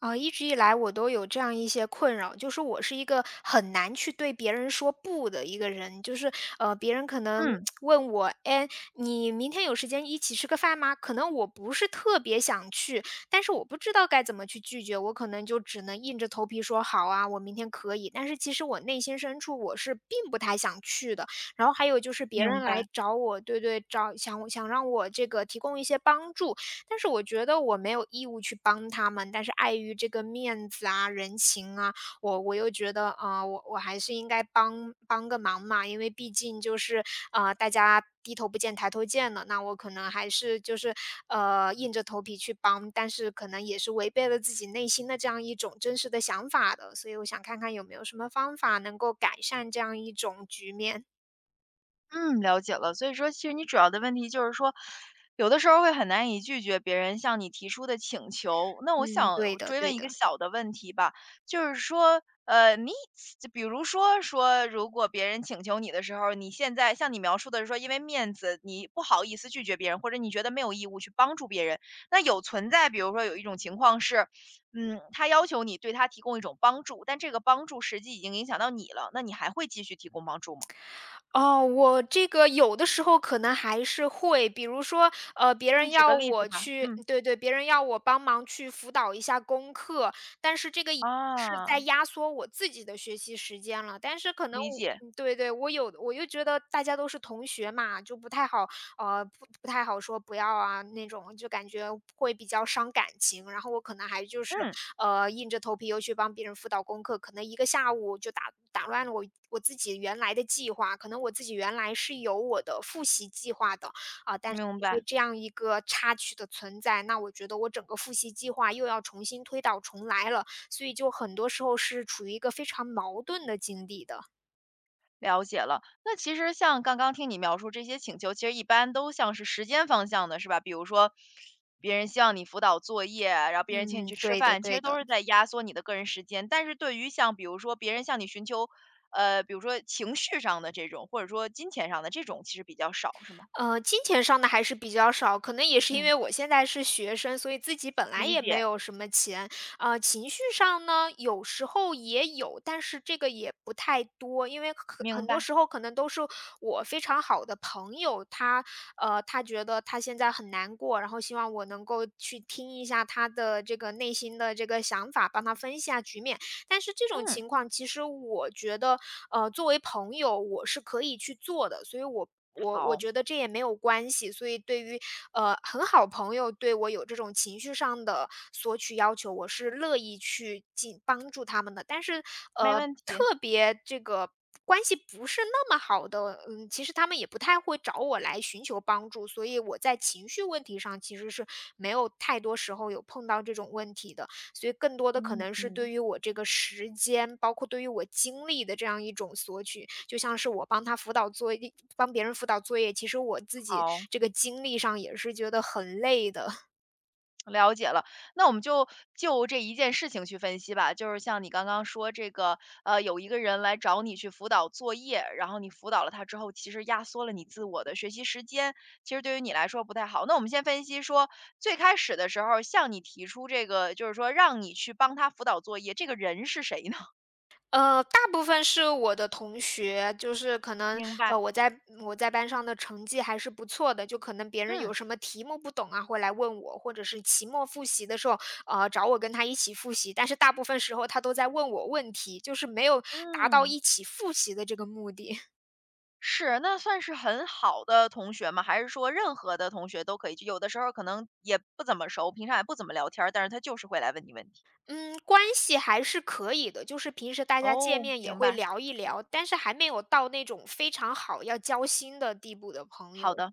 啊，一直以来我都有这样一些困扰，就是我是一个很难去对别人说不的一个人，就是别人可能嗯，问我，哎，你明天有时间一起吃个饭吗？可能我不是特别想去，但是我不知道该怎么去拒绝，我可能就只能硬着头皮说好啊，我明天可以。但是其实我内心深处我是并不太想去的。然后还有就是别明人来白。找我，对对，想让我这个提供一些帮助，但是我觉得我没有义务去帮他们，但是碍于这个面子啊、人情啊，我又觉得啊，我还是应该帮个忙嘛，因为毕竟就是，大家低头不见抬头见了，那我可能还是就是，硬着头皮去帮，但是可能也是违背了自己内心的这样一种真实的想法的，所以我想看看有没有什么方法能够改善这样一种局面。嗯，了解了。所以说，其实你主要的问题就是说，有的时候会很难以拒绝别人向你提出的请求。那我嗯，想对我的追问对一个的。小的问题吧，就是说，你就比如说，如果别人请求你的时候，你现在像你描述的是说，因为面子，你不好意思拒绝别人，或者你觉得没有义务去帮助别人。那有存在，比如说有一种情况是，他要求你对他提供一种帮助，但这个帮助实际已经影响到你了，那你还会继续提供帮助吗？哦，我这个有的时候可能还是会，比如说，别嗯，人举个要例子我吧。去嗯，对对，别人要我帮忙去辅导一下功课，但是这个也是在啊，压缩我自己的学习时间了。但是可能理我解。对对，我又觉得大家都是同学嘛，就不太好不太好说不要啊那种，就感觉会比较伤感情。然后我可能还就是，嗯，硬着头皮又去帮别人辅导功课，可能一个下午就打乱了我自己原来的计划。可能我自己原来是有我的复习计划的，啊，但是明因白，为这样一个插曲的存在，那我觉得我整个复习计划又要重新推倒重来了，所以就很多时候是处于一个非常矛盾的境地的。了解了。那其实像刚刚听你描述这些请求，其实一般都像是时间方向的，是吧？比如说，别人希望你辅导作业，然后别人请你嗯，去吃对的饭，其对实都的。是在压缩你的个人时间。但是对于像比如说别人向你寻求，比如说情绪上的这种，或者说金钱上的这种，其实比较少，是吗？金钱上的还是比较少，可能也是因嗯，为我现在是学生，所以自己本来理也没解，有什么钱。情绪上呢，有时候也有，但是这个也不太多，因为明很多白。时候可能都是我非常好的朋友，他他觉得他现在很难过，然后希望我能够去听一下他的这个内心的这个想法，帮他分析一下局面。但是这种嗯，情况其实我觉得，作为朋友我是可以去做的，所以我好，觉得这也没有关系。所以对于，很好朋友对我有这种情绪上的索取要求，我是乐意去帮助他们的。但是，没呃，问特题。别这个关系不是那么好的，其实他们也不太会找我来寻求帮助，所以我在情绪问题上其实是没有太多时候有碰到这种问题的。所以更多的可嗯能是嗯，对于我这个时间，包括对于我精力的这样一种索取。就像是我帮他辅导作业帮别人辅导作业，其实我自己好。这个精力上也是觉得很累的。了解了，那我们就这一件事情去分析吧。就是像你刚刚说这个，有一个人来找你去辅导作业，然后你辅导了他之后，其实压缩了你自我的学习时间，其实对于你来说不太好。那我们先分析说，最开始的时候向你提出这个，就是说让你去帮他辅导作业，这个人是谁呢？大部分是我的同学，就是可能，明白。呃，我在我在班上的成绩还是不错的，就可能别人有嗯什么题目不懂啊，会来问我，或者是期末复习的时候，找我跟他一起复习。但是大部分时候他都在问我问题，就是没有达到嗯。一起复习的这个目的。是，那算是很好的同学吗？还是说任何的同学都可以？就有的时候可能也不怎么熟，平常也不怎么聊天儿，但是他就是会来问你问题。嗯，关系还是可以的，就是平时大家见哦，面也明会白，聊一聊，但是还没有到那种非常好要交心的地步的朋好友。的，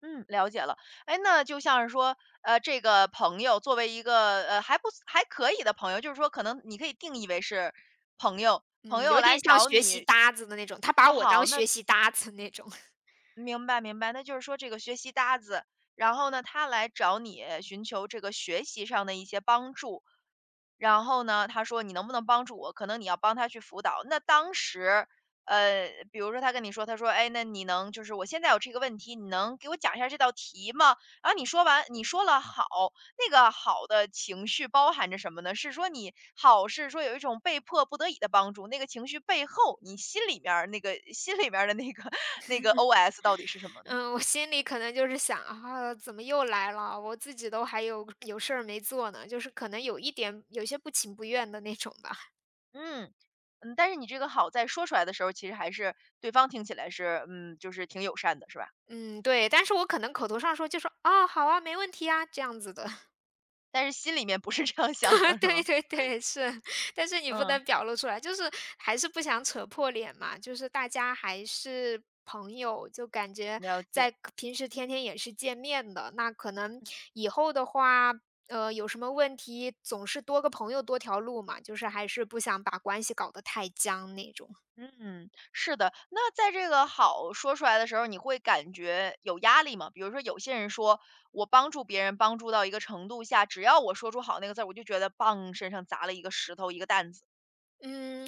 嗯，了解了。哎，那就像是说，这个朋友作为一个还不还可以的朋友，就是说可能你可以定义为是朋友，朋嗯，友有来点像找学习你，搭子的那种，他把哦，我好，当那学习搭子那种。明白明白，那就是说这个学习搭子，然后呢，他来找你寻求这个学习上的一些帮助。然后呢，他说：“你能不能帮助我？可能你要帮他去辅导。”那当时，比如说他跟你说，他说：“哎，那你能就是我现在有这个问题，你能给我讲一下这道题吗？”然后你说完，你说了好，那个好的情绪包含着什么呢？是说你好是说有一种被迫不得已的帮助，那个情绪背后，你心里面儿的那个 那个 OS 到底是什 么呢？嗯，我心里可能就是想啊，怎么又来了？我自己都还有事儿没做呢，就是可能有一点有些不情不愿的那种吧。嗯。嗯，但是你这个好在说出来的时候，其实还是对方听起来是，嗯，就是挺友善的，是吧？嗯，对，但是我可能口头上说就说啊，好啊，没问题啊，这样子的。但是心里面不是这样想的，是吗？对对对，是，但是你不嗯，能表露出来，就是还是不想扯破脸嘛，就是大家还是朋友，就感觉了解。在平时天天也是见面的，那可能以后的话，有什么问题总是多个朋友多条路嘛，就是还是不想把关系搞得太僵那种。嗯，是的。那在这个好说出来的时候，你会感觉有压力吗？比如说有些人说我帮助别人帮助到一个程度下，只要我说出好那个字儿，我就觉得棒，身上砸了一个石头，一个担子。嗯，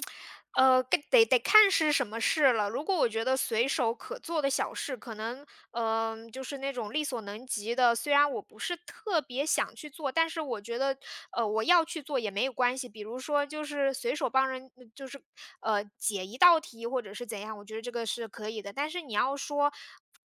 跟得看是什么事了。如果我觉得随手可做的小事，可能，就是那种力所能及的，虽然我不是特别想去做，但是我觉得，我要去做也没有关系。比如说，就是随手帮人，就是，解一道题或者是怎样，我觉得这个是可以的。但是你要说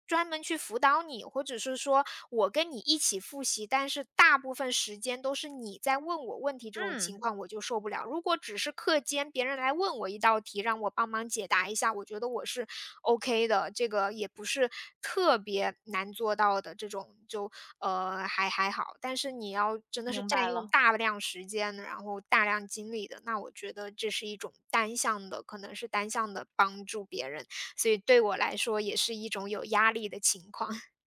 专门去辅导你，或者是说我跟你一起复习，但是大部分时间都是你在问我问题，这种情嗯，况我就受不了。如果只是课间别人来问我一道题，让我帮忙解答一下，我觉得我是 OK 的，这个也不是特别难做到的，这种就还好。但是你要真的是明占白用了。大量时间，然后大量精力的，那我觉得这是一种单向的，可能是单向的帮助别人。所以对我来说也是一种有压力的情况。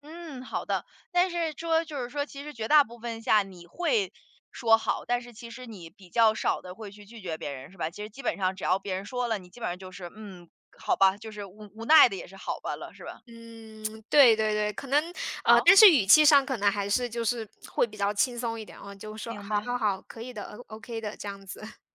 嗯，好的。但是就是说，其实绝大部分下你会说好，但是其实你比较少的会去拒绝别人，是吧？其实基本上只要别人说了，你基本上就是嗯，好吧，就是无奈的也是好吧了，是吧？嗯，对对对，可能好，但是语气上可能还是就是会比较轻松一点哦，就说明好白。好好，可以的，OK 的这样子。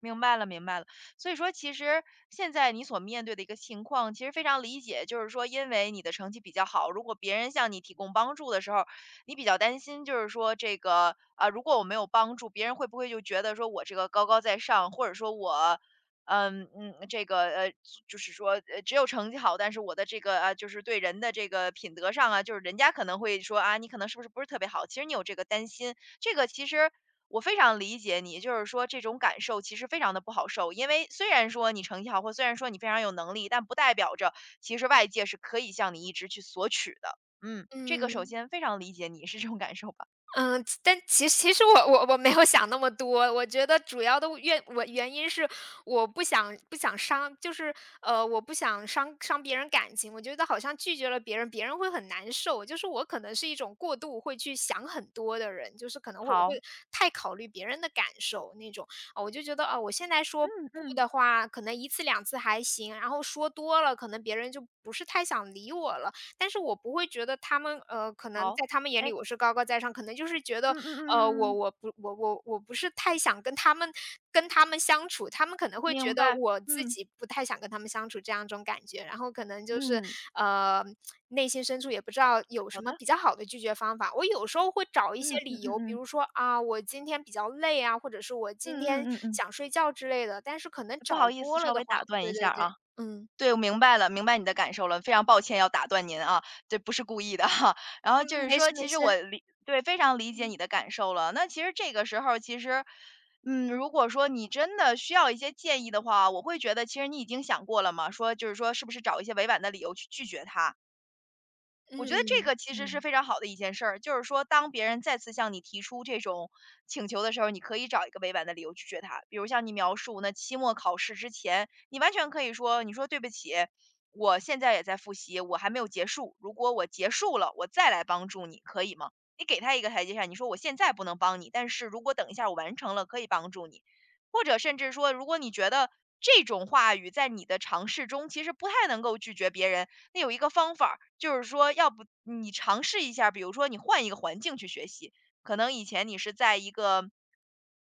明白了，明白了。所以说，其实现在你所面对的一个情况，其实非常理解。就是说，因为你的成绩比较好，如果别人向你提供帮助的时候，你比较担心，就是说这个啊、如果我没有帮助，别人会不会就觉得说我这个高高在上，或者说我，嗯嗯，就是说只有成绩好，但是我的就是对人的这个品德上啊，就是人家可能会说啊，你可能是不是特别好？其实你有这个担心，这个其实我非常理解你，就是说这种感受其实非常的不好受，因为虽然说你成绩好，或虽然说你非常有能力，但不代表着其实外界是可以向你一直去索取的。嗯，这个首嗯。先非常理解你是这种感受吧。嗯，其但其其实我没有想那么多，我觉得主要的原因是我不想伤，就是我不想伤别人感情。我觉得好像拒绝了别人，别人会很难受。就是我可能是一种过度会去想很多的人，就是可能我好，会太考虑别人的感受那种。啊，我就觉得啊，我现在嗯说不嗯，的话，可能一次两次还行，然后说多了，可能别人就不是太想理我了。但是我不会觉得他们，可能好，在他们眼哎，里我是高高在上，可能就是觉得，嗯嗯嗯我嗯，我不我我我不是太想跟他们跟他们相处，他们可能会觉明得白，我自嗯己不太想跟他们相处这样一种感觉，然后可能就是，嗯，嗯，呃，内心深处也不知道有好什的，么比较好的拒绝方法。我有时候会找一嗯些嗯理嗯由，比嗯如说啊，我今天比较累啊，或者是我今嗯天嗯嗯嗯，想睡觉之类的，但是可能不找好意思，多稍了的微话，打断对一下对啊。对，嗯，对，我明白了，明白你的感受了，非常抱歉要打断您啊，这不是故意的哈。然后嗯，就是没说，事没其实事，我理对，非常理解你嗯的感受了。那其实这个时候，其实，嗯，如果说你真的需要一些建议的话，我会觉得其实你已经想过了嘛，说，是不是找一些委婉的理由去拒绝他？我觉得这嗯个其实是嗯。非常好的一件事儿，就是说，当别人再次向你提出这种请求的时候，你可以找一个委婉的理由拒绝他。比如像你描述那期末考试之前，你完全可以说：“你说对不起，我现在也在复习，我还没有结束。如果我结束了，我再来帮助你，可以吗？”你给他一个台阶下，你说：“我现在不能帮你，但是如果等一下我完成了，可以帮助你。”或者甚至说，如果你觉得这种话语在你的尝试中其实不太能够拒绝别人，那有一个方法儿就是说要不你尝试一下儿比如说你换一个环境去学习，可能以前你是在一个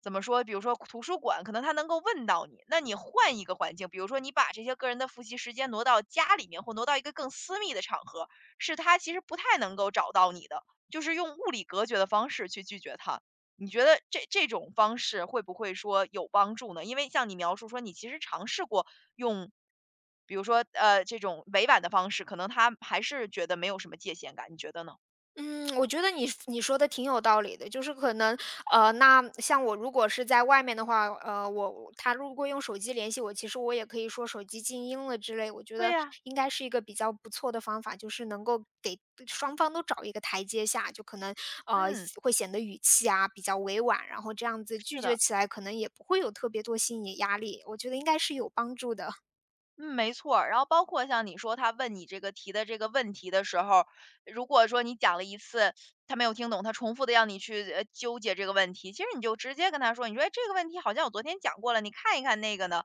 怎么说，比如说图书馆，可能他能够问到你，那你换一个环境，比如说你把这些个人的复习时间挪到家里面，或挪到一个更私密的场合，是他其实不太能够找到你的，就是用物理隔绝的方式去拒绝他。你觉得这种方式会不会说有帮助呢？因为像你描述说你其实尝试过用，比如说这种委婉的方式，可能他还是觉得没有什么界限感，你觉得呢？嗯，我觉得你说的挺有道理的，就是可能，那像我如果是在外面的话，他如果用手机联系我，其实我也可以说手机静音了之类，我觉对得呀、应该是一个比较不错的方法，就是能够给双方都找一个台阶下，就可能呃嗯，会显得语气啊比较委婉，然后这样子是拒绝的。起来可能也不会有特别多心理压力，我觉得应该是有帮助的。嗯，没错儿。然后包括像你说他问你这个提的这个问题的时候，如果说你讲了一次，他没有听懂，他重复的让你去，纠结这个问题，其实你就直接跟他说，你说：“哎，这个问题好像我昨天讲过了，你看一看那个呢。”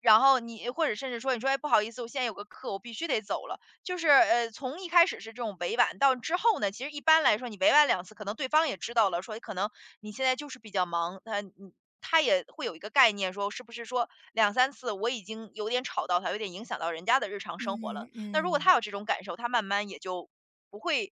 然后你或者甚至说，你说：“哎，不好意思，我现在有个课，我必须得走了。”就是，从一开始是这种委婉，到之后呢，其实一般来说你委婉两次，可能对方也知道了，说哎可能你现在就是比较忙，他也会有一个概念说，是不是说两三次我已经有点吵到他，有点影响到人家的日常生活了。嗯那如果他嗯。有这种感受，他慢慢也就不会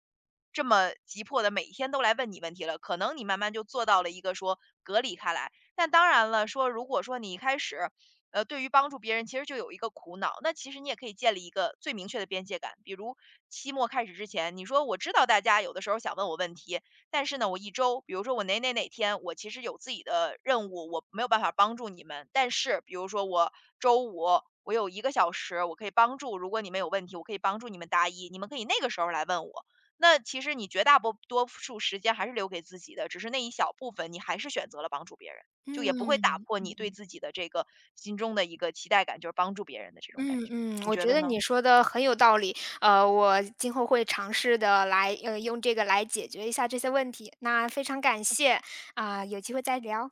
这么急迫的每一天都来问你问题了。可能你慢慢就做到了一个说隔离开来。但当然了，说如果说你一开始，对于帮助别人其实就有一个苦恼，那其实你也可以建立一个最明确的边界感。比如期末开始之前，你说我知道大家有的时候想问我问题，但是呢，我一周，比如说我哪哪哪天，我其实有自己的任务，我没有办法帮助你们。但是，比如说我周五我有1个小时，我可以帮助，如果你们有问题，我可以帮助你们答疑，你们可以那个时候来问我。那其实你绝大多数时间还是留给自己的，只是那一小部分你还是选择了帮助别人，就也不会打嗯。破你对自己的这个心中的一个期待感，就是帮助别人的这种感嗯觉。嗯，你我觉觉得得呢？你说的很有道理，我今后会尝试的来，用这个来解决一下这些问题。那非常感谢，啊、有机会再聊。